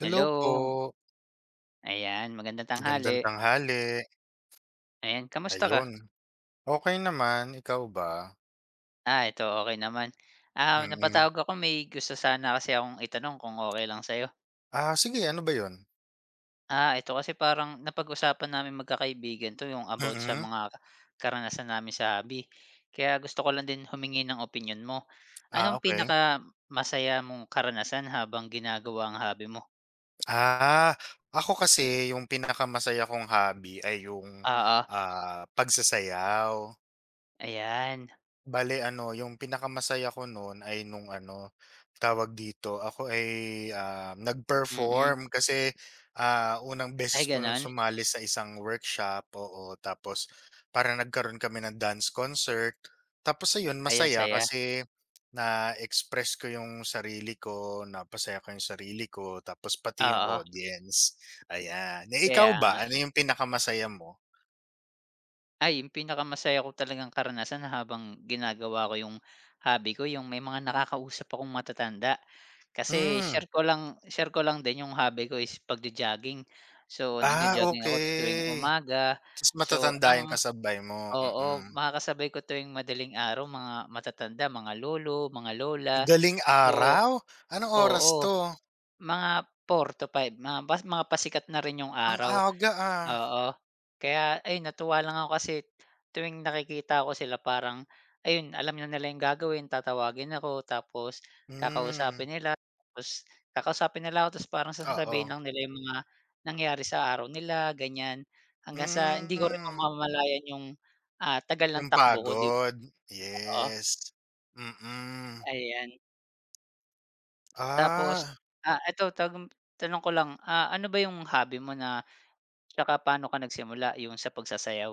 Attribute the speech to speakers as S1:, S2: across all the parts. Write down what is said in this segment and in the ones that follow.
S1: Hello po,
S2: Hello, ayan magandang
S1: magandang
S2: tanghali.
S1: tanghali.
S2: Ayan, kamusta ka?
S1: Ayun, okey naman, ikaw ba?
S2: Ah, ito okay naman. Ah,
S1: Mm.
S2: napatawag ako may gusto sana kasi akong itanong kung okay lang sa'yo.
S1: Sige, ano ba yun?
S2: Ah, ito kasi parang napag-usapan namin magkakaibigan 'to yung about sa
S1: Mm,
S2: mga karanasan namin sa hobby. Kaya gusto ko lang din humingi ng opinion mo. Anong
S1: okay.
S2: pinaka masaya mong karanasan habang ginagawa ang hobby mo?
S1: Ah, ako kasi, yung pinakamasaya kong hobby ay yung,
S2: Oo,
S1: pagsasayaw.
S2: ayan,
S1: Bale ano, yung pinakamasaya ko nun ay nung ano, tawag dito, ako ay,
S2: mm.
S1: nag-perform kasi, unang beses
S2: Ay
S1: ko nun
S2: gano'n?
S1: sumali sa isang workshop, oo. Tapos para nagkaroon kami ng dance concert. Tapos ayun,
S2: Ay ang
S1: masaya
S2: saya,
S1: kasi na-express ko yung sarili ko, napasaya ko yung sarili ko, tapos pati yung
S2: oo,
S1: audience, ayan. Eh, ikaw
S2: kaya
S1: ba, ano yung pinakamasaya mo?
S2: Ay, yung pinakamasaya ko talagang karanasan habang ginagawa ko yung hobby ko, yung may mga nakakausap akong matatanda. Kasi
S1: Hmm,
S2: share ko lang din yung hobby ko is pagjo-jogging. So, nagjo-jogging ako tuwing
S1: okay.
S2: umaga.
S1: Tas
S2: So,
S1: matatanda yung
S2: ang
S1: kasabay mo,
S2: oo,
S1: mm.
S2: makakasabay ko tuwing madaling araw mga matatanda, mga lolo, mga lola.
S1: Galing
S2: So
S1: araw, anong oras
S2: oo,
S1: 'to?
S2: mga 4 to 5, mga bas mga pasikat na rin yung
S1: Ang
S2: araw.
S1: aga, ah.
S2: Oo. Kaya ayun natuwa lang ako kasi tuwing nakikita ko sila parang ayun alam na nila yung gagawin, tatawagin ako
S1: Hmm,
S2: tapos kakausapin nila ako tapos parang
S1: oo.
S2: sasabihin lang nila yung mga nangyari sa araw nila ganyan. Hanggang sa hindi ko rin
S1: Hmm,
S2: mamamalayan yung, ah, tagal ng
S1: yung
S2: takbo ko 'di ba?
S1: pagod,
S2: Oo,
S1: yes. Mm.
S2: ayan. Tapos,
S1: Ah.
S2: ah, eto tagum tanong ko lang, ah, ano ba yung hobby mo na tsaka paano ka nagsimula yung sa pagsasayaw?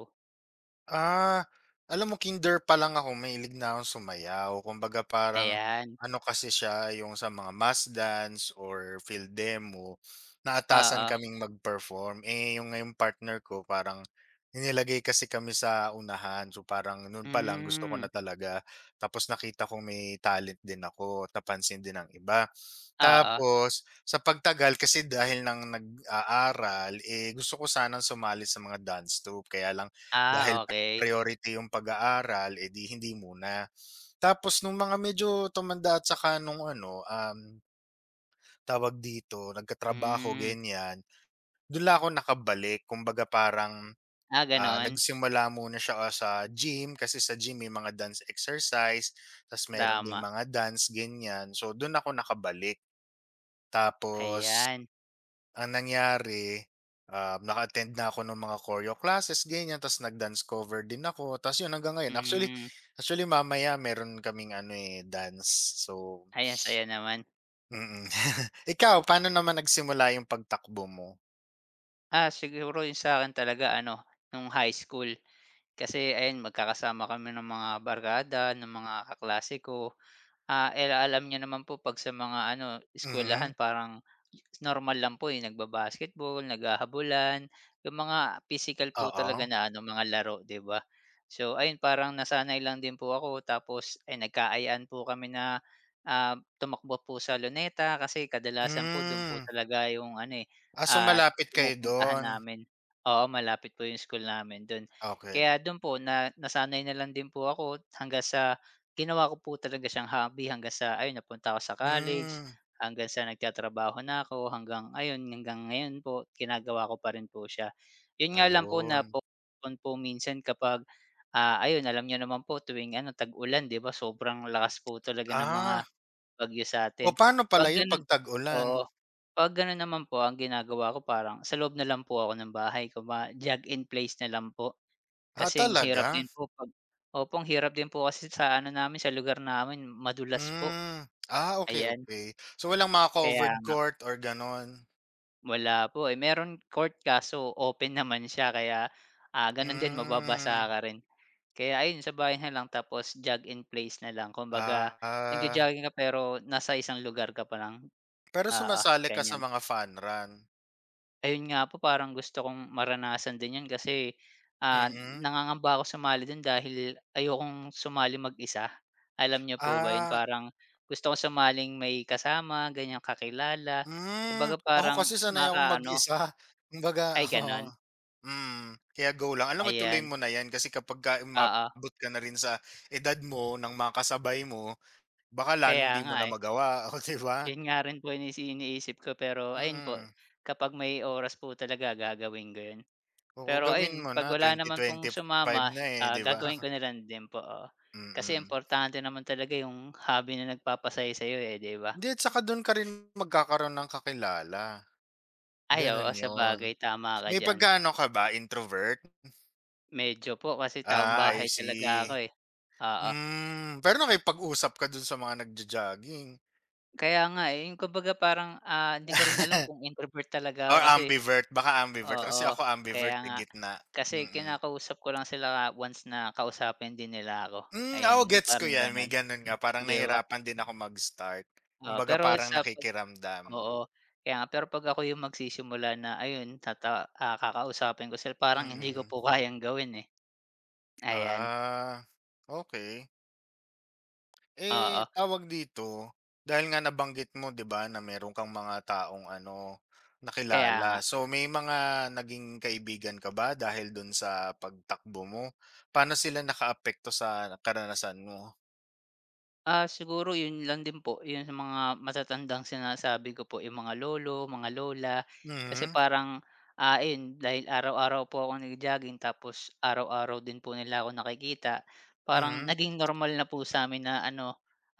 S1: Ah, alam mo, kinder pa lang ako mahilig na akong sumayaw. Kumbaga parang
S2: Ayan,
S1: ano kasi siya, yung sa mga mass dance or field demo, naatasan
S2: oo.
S1: kaming mag-perform. Eh, yung ngayong partner ko, parang inilagay kasi kami sa unahan. So parang noon pa lang gusto ko na
S2: Hmm,
S1: talaga. Tapos nakita ko may talent din ako, napansin din ng iba.
S2: oo.
S1: Tapos, sa pagtagal kasi dahil nang nag-aaral, eh gusto ko sanang sumali sa mga dance troupe. Kaya lang dahil
S2: Ah, okey.
S1: priority yung pag-aaral, eh, di hindi muna. Tapos nung mga medyo tumanda at saka nung ano, tawag dito, nagkatrabaho
S2: Hmm.
S1: ganyan, dun lang ako nakabalik. Kumbaga parang,
S2: Ah, gano'n?
S1: nagsimula muna siya ah, sa gym, kasi sa gym may mga dance exercise, ta's meron ding
S2: Tama,
S1: mga dance ganyan. So dun ako nakabalik, tapos
S2: ayan.
S1: ang nangyari, naka-attend na ako ng mga choreo classes ganyan, tas nag-dance cover din ako, tas yun hanggang ngayon. Actually
S2: Hmm.
S1: actually mamaya meron kaming ano, eh, dance. So
S2: Ay, ang saya naman.
S1: mm. mm. Ikaw, paano naman nagsimula yung pagtakbo mo?
S2: Ah, siguro 'yung sa'kin talaga ano, nung high school. Kasi ayan, magkakasama kami ng mga barkada, ng mga kaklase ko. Ah, eh, alam niyo naman po 'pag sa mga ano, eskuwelahan
S1: Mhm,
S2: parang normal lang po, eh, nagba-basketball, naghahabulan, yung mga physical po talaga
S1: oo.
S2: na ano, mga laro, 'di ba? So, ayun parang nasanay lang din po ako tapos, ay nagkaayaan po kami na, ah, tumakbo po sa luneta kasi kadalasan po do'n po
S1: Hmm,
S2: talaga yung ano, eh,
S1: ah, so
S2: ah,
S1: malapit kayo
S2: pumupuntahan
S1: dun?
S2: namin. Oo, malapit po yung school namin do'n.
S1: Okay,
S2: Kaya do'n po na nasanay na lang din po ako hanggang sa Ginawa ko po talaga siyang hobby hanggang sa ayun napunta ako sa college,
S1: hmm,
S2: hanggang sa nagtatrabaho na ako, hanggang ayun, hanggang ngayon po ginagawa ko pa rin po siya. Yun nga lang po na
S1: ayun.
S2: po minsan kapag, ah, ayun alam niyo naman po tuwing ano tag-ulan 'di ba sobrang lakas po talaga ng mga
S1: Ah,
S2: bagyo sa
S1: o
S2: atin.
S1: paano pala
S2: 'Pag
S1: yun
S2: gano'n
S1: 'pag ulan?
S2: oo, 'pag gano'n naman po ang ginagawa ko parang sa loob na lang po ako ng bahay, kumba jog in place na lang po.
S1: Ah,
S2: Kasi ang hirap
S1: talaga?
S2: din po 'pag opo, ang hirap din po kasi sa ano namin, sa lugar namin madulas po.
S1: Hmm, ah, okay,
S2: Ayan,
S1: okay. So, walang mga
S2: kaya
S1: covered
S2: nga.
S1: court or gano'n?
S2: Wala po, eh, meron court kaso open naman siya kaya, ah, gano'n din mababasa
S1: Hmm,
S2: ka rin. Kaya ayun, sa bahay na lang tapos jog in place na lang. Kumbaga
S1: ah,
S2: nagjo-jogging ka pero nasa isang lugar ka pa lang.
S1: pero
S2: Oo,
S1: sumasali ka sa
S2: ganyan.
S1: mga fun run?
S2: Ayun nga po, parang gusto kong maranasan din 'yan kasi, ah,
S1: Mm,
S2: nangangamba ako sumali do'n dahil ayokong sumali mag-isa. Alam niyo po ba 'yun,
S1: ah,
S2: parang gusto ko sumaling may kasama, ganyan, kakilala.
S1: hmm.
S2: Kumbaga
S1: Ako
S2: parang
S1: kasi sanay akong
S2: makaano
S1: mag-isa, kumbaga
S2: ay gano'n?
S1: oo, mm, kaya go lang. Alam mo, ituloy
S2: Ayan,
S1: mo na 'yan kasi kapagka
S2: oo.
S1: umabot ka na rin sa edad mo ng mga kasabay mo, baka lalong
S2: Kaya
S1: 'di mo
S2: nga,
S1: na
S2: eh.
S1: magawa, oh, 'di ba?
S2: 'Yun nga rin po inis iniisip ko pero ayun po,
S1: Mm,
S2: kapag may oras po talaga gagawin ko 'yun.
S1: oo,
S2: Pero
S1: gawin
S2: ayun,
S1: mo
S2: 'pag
S1: na,
S2: wala
S1: twenty
S2: naman pong
S1: twenty five
S2: sumama,
S1: na, eh,
S2: ah,
S1: 'di ba?
S2: gagawin ko na lang din po, oo. Kasi
S1: Mm.
S2: importante naman talaga yung hobby na nagpapasaya sa'yo, eh, 'di ba?
S1: Hindi, at saka dun ka rin magkakaroon ng kakilala,
S2: Ay, oo,
S1: ganun yun.
S2: sabagay tama ka
S1: May
S2: diyan.
S1: pagka ka ba, introvert?
S2: Medyo po kasi taong
S1: Ah, I
S2: bahay talaga
S1: see.
S2: ako, eh, oo.
S1: Hmm, pero nakipag-usap ka dun sa mga nagjo-jogging?
S2: Kaya nga, eh, yung kumbaga parang, ah, hindi ko rin alam kung introvert talaga ako
S1: Or
S2: kasi
S1: ambivert, baka ambivert,
S2: oo,
S1: kasi ako
S2: kaya
S1: ambivert, eh,
S2: nga.
S1: gitna,
S2: Kasi
S1: mm-mm. Mm.
S2: kinakausap ko lang sila once na kausapin din nila ako,
S1: Hmm, ako
S2: ayan,
S1: gets ko
S2: parang
S1: yan, may
S2: gano'n,
S1: ganun nga, parang
S2: 'di ba?
S1: nahirapan din ako mag-start.
S2: Oo,
S1: Kumbaga
S2: pero
S1: parang
S2: sa pag
S1: nakikiramdam,
S2: oo, kaya nga pero 'pag ako yung magsisimula na ayun tata ah, kakausapin ko sila parang hindi ko
S1: mm.
S2: po kayang gawin, eh, ayan,
S1: Ah, okay. Eh,
S2: oo.
S1: tawag dito, dahil nga nabanggit mo 'di ba na meron kang mga taong ano,
S2: Kaya nga.
S1: nakilala. So may mga naging kaibigan ka ba dahil dun sa pagtakbo mo? Paano sila nakaapekto sa karanasan mo?
S2: Ah, siguro 'yun lang din po, 'yun sa mga matatandang sinasabi ko po, yung mga lolo, mga lola. Kasi
S1: Mhm,
S2: parang, ah, ayun dahil araw-araw po ako nagjo-jogging tapos araw-araw din po nila ako nakikita, parang
S1: mhm.
S2: naging normal na po sa'min na ano,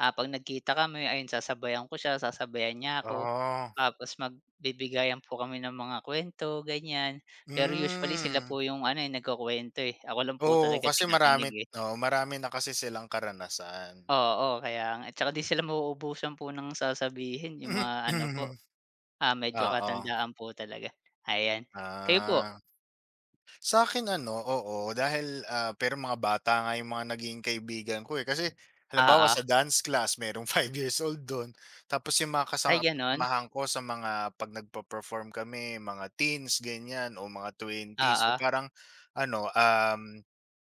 S2: ah, 'pag nagkita kami ayun sasabayan ko siya, sasabayan niya ako.
S1: Oh,
S2: Tapos magbibigayan po kami ng mga kuwento, ganiyan. Pero usually sila
S1: hmm.
S2: po yung ano, eh, nagkukuwento, eh, ako lang po
S1: Oo,
S2: talaga
S1: kasi marami.
S2: tagakinig, eh.
S1: Oh, marami na kasi silang karanasan.
S2: Oo, kaya nga. At saka 'di sila mauubusan po ng sasabihin yung mga ano po, ah, medyo
S1: Oo,
S2: katandaan po talaga, ayan. Kayo po?
S1: ah. Sa akin ano, oo. Dahil, ah, pero mga bata nga yung mga naging kaibigan ko, eh. Kasi halimbawa
S2: Oo.
S1: sa dance class merong 5 years old dun, tapos yung mga
S2: Ay gano'n?
S1: kasamahan ko sa mga 'pag nagpe-perform kami, mga teens ganyan o mga twenties s. So,
S2: Oo.
S1: parang ano,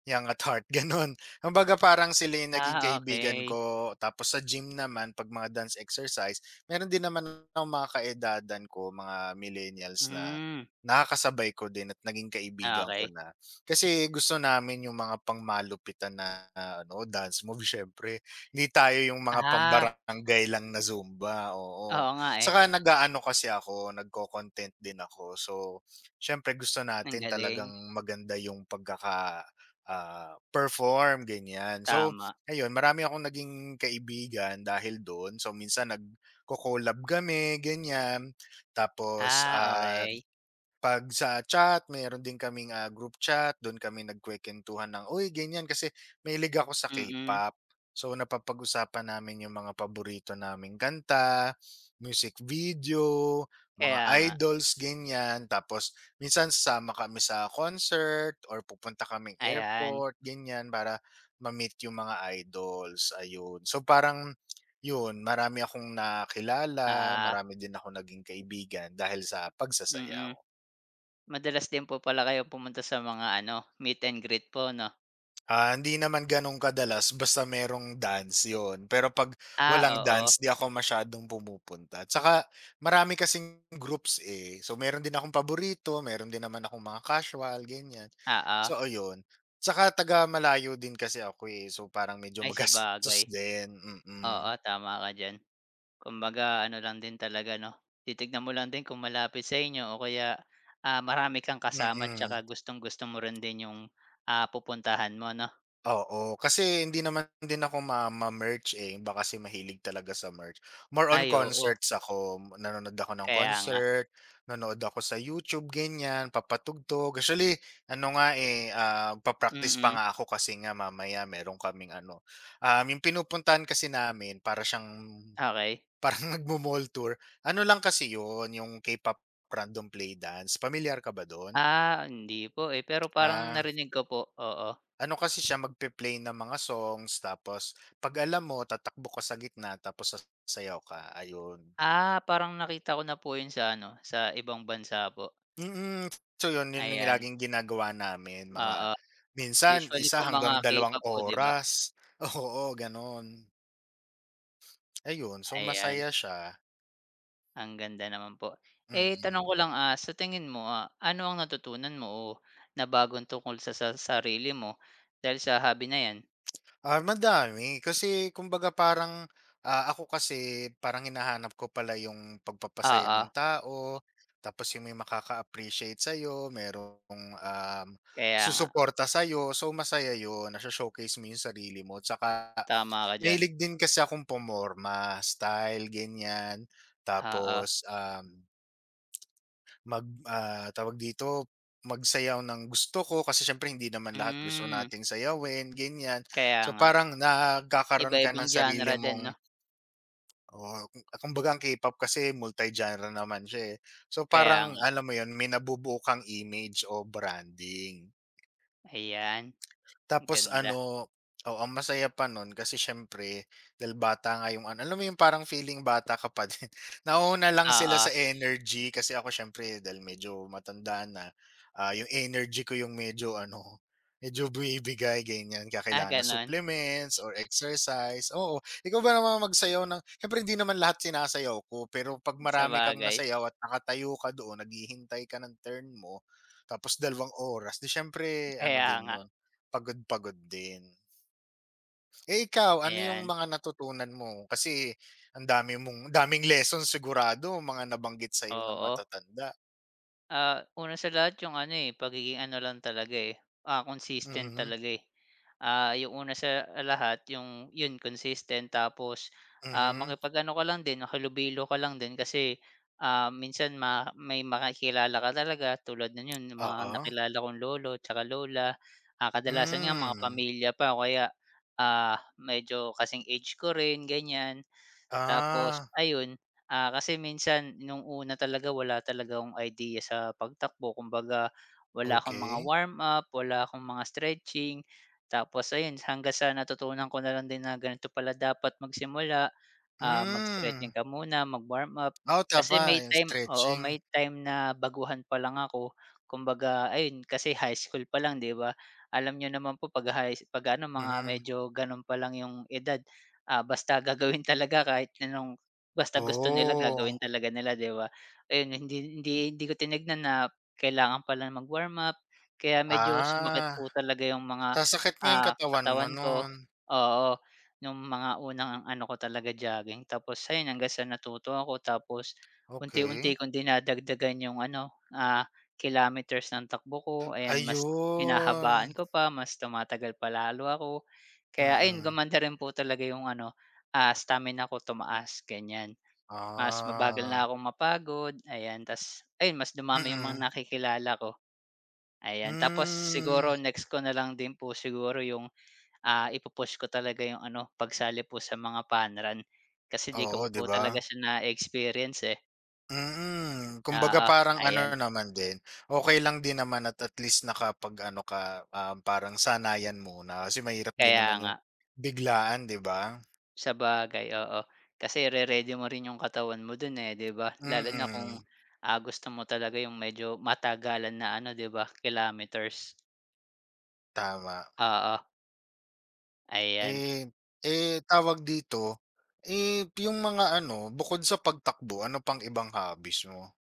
S1: young at heart gano'n. Kumbaga parang sila yung naging
S2: Ah,
S1: kaibigan
S2: okey.
S1: ko. Tapos sa gym naman 'pag mga dance exercise, meron din naman akong mga kaedadan ko, mga millennials na
S2: Hmm,
S1: nakakasabay ko din at naging kaibigan ko
S2: okey.
S1: na. Kasi gusto namin yung mga pangmalupitan na ah, ano, dance move siyempre. Hindi tayo yung mga
S2: Ah,
S1: pambarangay lang na Zumba, oo.
S2: oo nga, eh.
S1: Saka nag-aano kasi ako, nagco-content din ako. So, siyempre gusto
S2: Ang
S1: natin
S2: galing,
S1: talagang maganda yung pagkaka ah, perform ganyan. So,
S2: tama.
S1: ayun marami akong naging kaibigan dahil dun. So, minsan nagco-collab kami ganyan. Tapos,
S2: Ah,
S1: ah.
S2: okey.
S1: 'Pag sa chat mayroon din kaming, ah, group chat, do'n kami nagkukuwentuhan ng, "Uy ganyan," kasi mahilig ako sa
S2: Mm,
S1: K-pop. So, napapag-usapan namin yung mga paborito naming kanta, music video, mga
S2: kaya nga.
S1: idols, ganyan. Tapos minsan sasama kami sa concert or pupunta kaming
S2: Ayan,
S1: airport, ganyan, para ma-meet yung mga idols, ayun. So, parang yun, marami akong nakilala,
S2: ah,
S1: marami din akong naging kaibigan dahil sa
S2: mm.
S1: pagsasayaw.
S2: Madalas din po pala kayong pumunta sa mga ano, meet and greet po 'no?
S1: Ah, hindi naman gano'n kadalas, basta merong dance, yon. Pero 'pag
S2: Ah,
S1: walang
S2: oo.
S1: dance 'di ako masyadong pumupunta. Tsaka marami kasing groups, eh. So, meron din akong paborito, meron din naman akong mga casual, ganiyan.
S2: Oo.
S1: So, ayun. Tsaka taga-malayo din kasi ako, eh. So, parang medyo
S2: Ay sabagay.
S1: magastos din,
S2: Oo,
S1: mm,
S2: tama ka diyan. Kumbaga ano lang din talaga 'no, titignan mo lang din kung malapit sa inyo o kaya, ah, marami kang kasama at
S1: mm.
S2: 'tsaka gustong-gusto mo rin din yung, ah, pupuntahan mo 'no?
S1: Oo, kasi hindi naman din ako ma-merch, eh, iba kasi mahilig talaga sa merch. More on
S2: Ay oo,
S1: concerts ako, nanonood ako ng
S2: kaya nga.
S1: concert, nanood ako sa YouTube ganyan, papatugtog. Actually ano nga, eh, papractice pa
S2: Mm,
S1: nga ako kasi nga mamaya meron kaming ano, yung pinupuntahan kasi namin, para siyang
S2: okay
S1: parang nagmo-mall tour. Ano lang kasi yun, yung K-pop random play dance, familiar ka ba dun?
S2: Ah, hindi po, eh, pero parang
S1: Ah.
S2: narinig ko po, oo.
S1: Ano kasi siya, magpe-play ng mga songs, tapos 'pag alam mo tatakbo ka sa gitna tapos sasayaw ka, ayun.
S2: Ah, parang nakita ko na po yun sa ano, sa ibang bansa po,
S1: Mm, so yun, yun yung
S2: ayan.
S1: laging ginagawa namin, mga
S2: Oo,
S1: minsan
S2: usually
S1: isa
S2: po mga
S1: hanggang dalawang
S2: K-pop po 'di ba?
S1: oras, oo, gano'n. Ayun, so
S2: Ayan.
S1: masaya siya,
S2: Ang ganda naman po. Eh,
S1: mm.
S2: tanong ko lang, ah, sa tingin mo, ah, ano ang natutunan mo o nabagong tungkol sa sarili mo dahil sa hobby na 'yan?
S1: Ah, madami. Kasi kumbaga parang, ah, ako kasi parang hinahanap ko pala yung pagpapasaya
S2: Oo,
S1: ng tao, tapos yung may makaka-appreciate sa'yo, merong, um,
S2: kaya nga.
S1: susuporta sa'yo. So, masaya yun, nasho-showcase mo yung sarili mo. Tsaka
S2: Tama ka diyan.
S1: mahilig din kasi akong pumorma, style, ganyan.
S2: Oo.
S1: Tapos, um. Mag ah, tawag dito, magsayaw ng gusto ko kasi siyempre hindi naman lahat gusto
S2: Hmm,
S1: nating sayawin, ganyan.
S2: kaya
S1: So,
S2: nga.
S1: parang nagkakaroon ka
S2: Iba-ibang
S1: ng sarili
S2: genre din
S1: mong
S2: 'no?
S1: oo, kumbaga ang K-pop kasi multi-genre naman siya, eh. So,
S2: Kaya
S1: parang
S2: nga.
S1: alam mo yon, may nabubuo kang image o branding.
S2: Ayan,
S1: Tapos
S2: ganda.
S1: ano, oo, ang masaya pa nun kasi siyempre dahil bata nga yung ano, alam mo yung parang feeling bata ka pa din. Nauuna lang
S2: Oo.
S1: sila sa
S2: Ah,
S1: energy kasi ako siyempre dahil medyo matanda na, yung energy ko yung medyo ano, medyo binibigay ganyan, kaya
S2: Ah,
S1: kailangan ng
S2: gano'n?
S1: supplements or exercise. Oo, ikaw ba naman magsayaw ng siyempre hindi naman lahat sinasayaw ko, pero 'pag
S2: Sa
S1: marami kang
S2: bagay,
S1: nasayaw at nakatayo ka doon, naghihintay ka ng turn mo, tapos 2 oras, 'di siyempre ano
S2: kaya
S1: din
S2: nga.
S1: yun. Pagod-pagod din. Eh, ikaw, ano yung
S2: Ayan,
S1: mga natutunan mo? Kasi ang daming lessons, sigurado mga nabanggit sa'yo ng
S2: oo.
S1: matatanda.
S2: Ah, una sa lahat yung ano, eh, pagiging ano lang talaga, eh, ah, consistent
S1: Mhm,
S2: talaga, eh. Ah, yung una sa lahat yung yun consistent tapos, ah,
S1: mhm.
S2: makipag-ano ka lang din, makihalubilo ka lang din kasi, ah, minsan ma may makikilala ka talaga tulad nun yun yung mga
S1: Oo.
S2: nakilala kong lolo tsaka lola. Ah, kadalasan nga mga
S1: Hmm.
S2: pamilya pa o kaya, ah, medyo kasing age ko rin, ganyan. Tapos
S1: Ah,
S2: ayun, ah, kasi minsan nung una talaga wala talaga akong idea sa pagtakbo kumbaga wala akong mga
S1: okey.
S2: warm up, wala akong mga stretching. Tapos ayun hanggang sa natutunan ko na lang din na ganito pala dapat magsimula ah, mag-stretching
S1: Hmm.
S2: ka muna, mag-warm up.
S1: Oh,
S2: Kasi
S1: tama
S2: may
S1: yung
S2: time oo,
S1: stretching.
S2: may time na baguhan pa lang ako. Kumbaga ayun, kasi high school pa lang 'di ba? Alam niyo naman po 'pag high 'pag ano mga
S1: Mhm.
S2: medyo gano'n pa lang yung edad, ah, basta gagawin talaga kahit anong basta gusto nila
S1: Oh,
S2: gagawin talaga nila 'di ba? Ayun, hindi hindi hindi ko tinignan na kailangan pala mag-warm up, kaya medyo sumakit
S1: ah,
S2: po talaga yung mga,
S1: sasakit nga yung
S2: ah,
S1: katawan mo
S2: katawan ko,
S1: nun.
S2: oo. Nung mga unang ano ko talaga jogging tapos ayun hanggang sa natuto ako tapos
S1: Okey.
S2: unti-unti kong dinadagdagan yung ano, ah, kilometers ng takbo ko ayan mas
S1: Ayun.
S2: hinahabaan ko pa, mas tumatagal pa lalo ako. Kaya ayun
S1: Mm.
S2: gumanda rin po talaga yung ano, ah, stamina ko tumaas ganyan. Mas mabagal na
S1: Ah.
S2: akong mapagod ayan ta's ayun mas dumami yung mga
S1: Mm.
S2: nakikilala ko, ayan. Tapos
S1: Hmm.
S2: siguro next ko na lang din po siguro yung Ah, ipu ko talaga yung ano, pagsali po sa mga fun run, kasi 'di ko
S1: Oo,
S2: pa po
S1: 'di ba?
S2: talaga siya na-experience, eh.
S1: Mm, kumbaga
S2: Oo,
S1: parang ano
S2: ayan.
S1: naman din, okey lang din naman, at least nakapag-ano ka, parang sanayan muna kasi mahirap din
S2: Kaya
S1: naman
S2: nga,
S1: yung biglaan, 'di ba?
S2: sabagay, oo. Kasi re ready mo rin yung katawan mo dun, eh, 'di ba? Lalo na kung,
S1: Mm,
S2: ah, gusto mo talaga yung medyo matagalan na ano, 'di ba, kilometers.
S1: tama.
S2: Oo, ayan.
S1: Eh eh, tawag dito, eh, yung mga ano, bukod sa pagtakbo, ano pang ibang hobbies mo?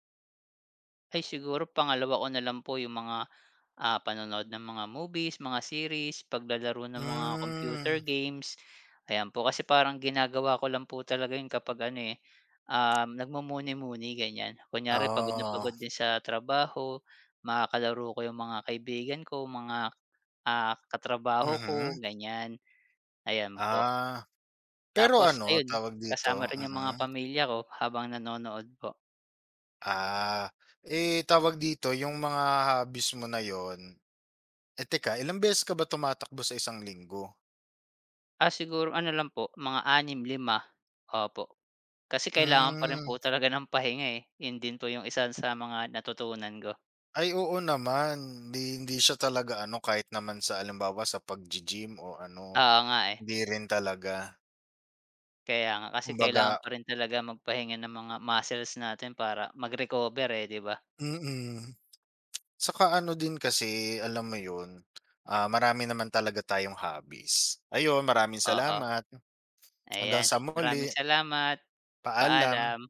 S2: Ay, siguro pangalawa ko na lang po yung mga Ah, panonood ng mga movies, mga series, paglalaro ng mga computer
S1: Hmm,
S2: games, ayan po. Kasi parang ginagawa ko lang po talaga yun kapag ano, eh, nagmumuni-muni ganyan. Kunyari pagod na pagod
S1: oh,
S2: din sa trabaho, makakalaro ko yung mga kaibigan ko, mga, ah, katrabaho ko
S1: mhm,
S2: ganyan, ayan po.
S1: ah, pero
S2: Tapos
S1: ano,
S2: ayun,
S1: tawag dito,
S2: kasama rin yung
S1: mm.
S2: mga pamilya ko habang nanonood po.
S1: Ah, eh, tawag dito yung mga hobbies mo na yon, eh, teka, ilang beses ka ba tumatakbo sa isang linggo?
S2: Ah, siguro ano lang po, mga anim lima opo. Kasi kailangan pa rin po
S1: Hmm,
S2: talaga ng pahinga, eh, yun din po yung isa sa mga natutunan ko.
S1: ay oo naman, hindi hindi siya talaga ano, kahit naman sa halimbawa sa pag gym o ano,
S2: Oo nga, eh,
S1: hindi rin talaga.
S2: kaya nga kasi
S1: Kumbaga
S2: kailangan pa rin talaga magpahinga ng mga muscles natin para mag-recover, eh, 'di ba?
S1: mm. Tsaka ano din kasi alam mo yun, marami naman talaga tayong hobbies. Ayun, maraming
S2: Oo,
S1: salamat. Hanggang
S2: ayan.
S1: sa
S2: Maraming
S1: muli,
S2: salamat.
S1: paalam.
S2: Paalam.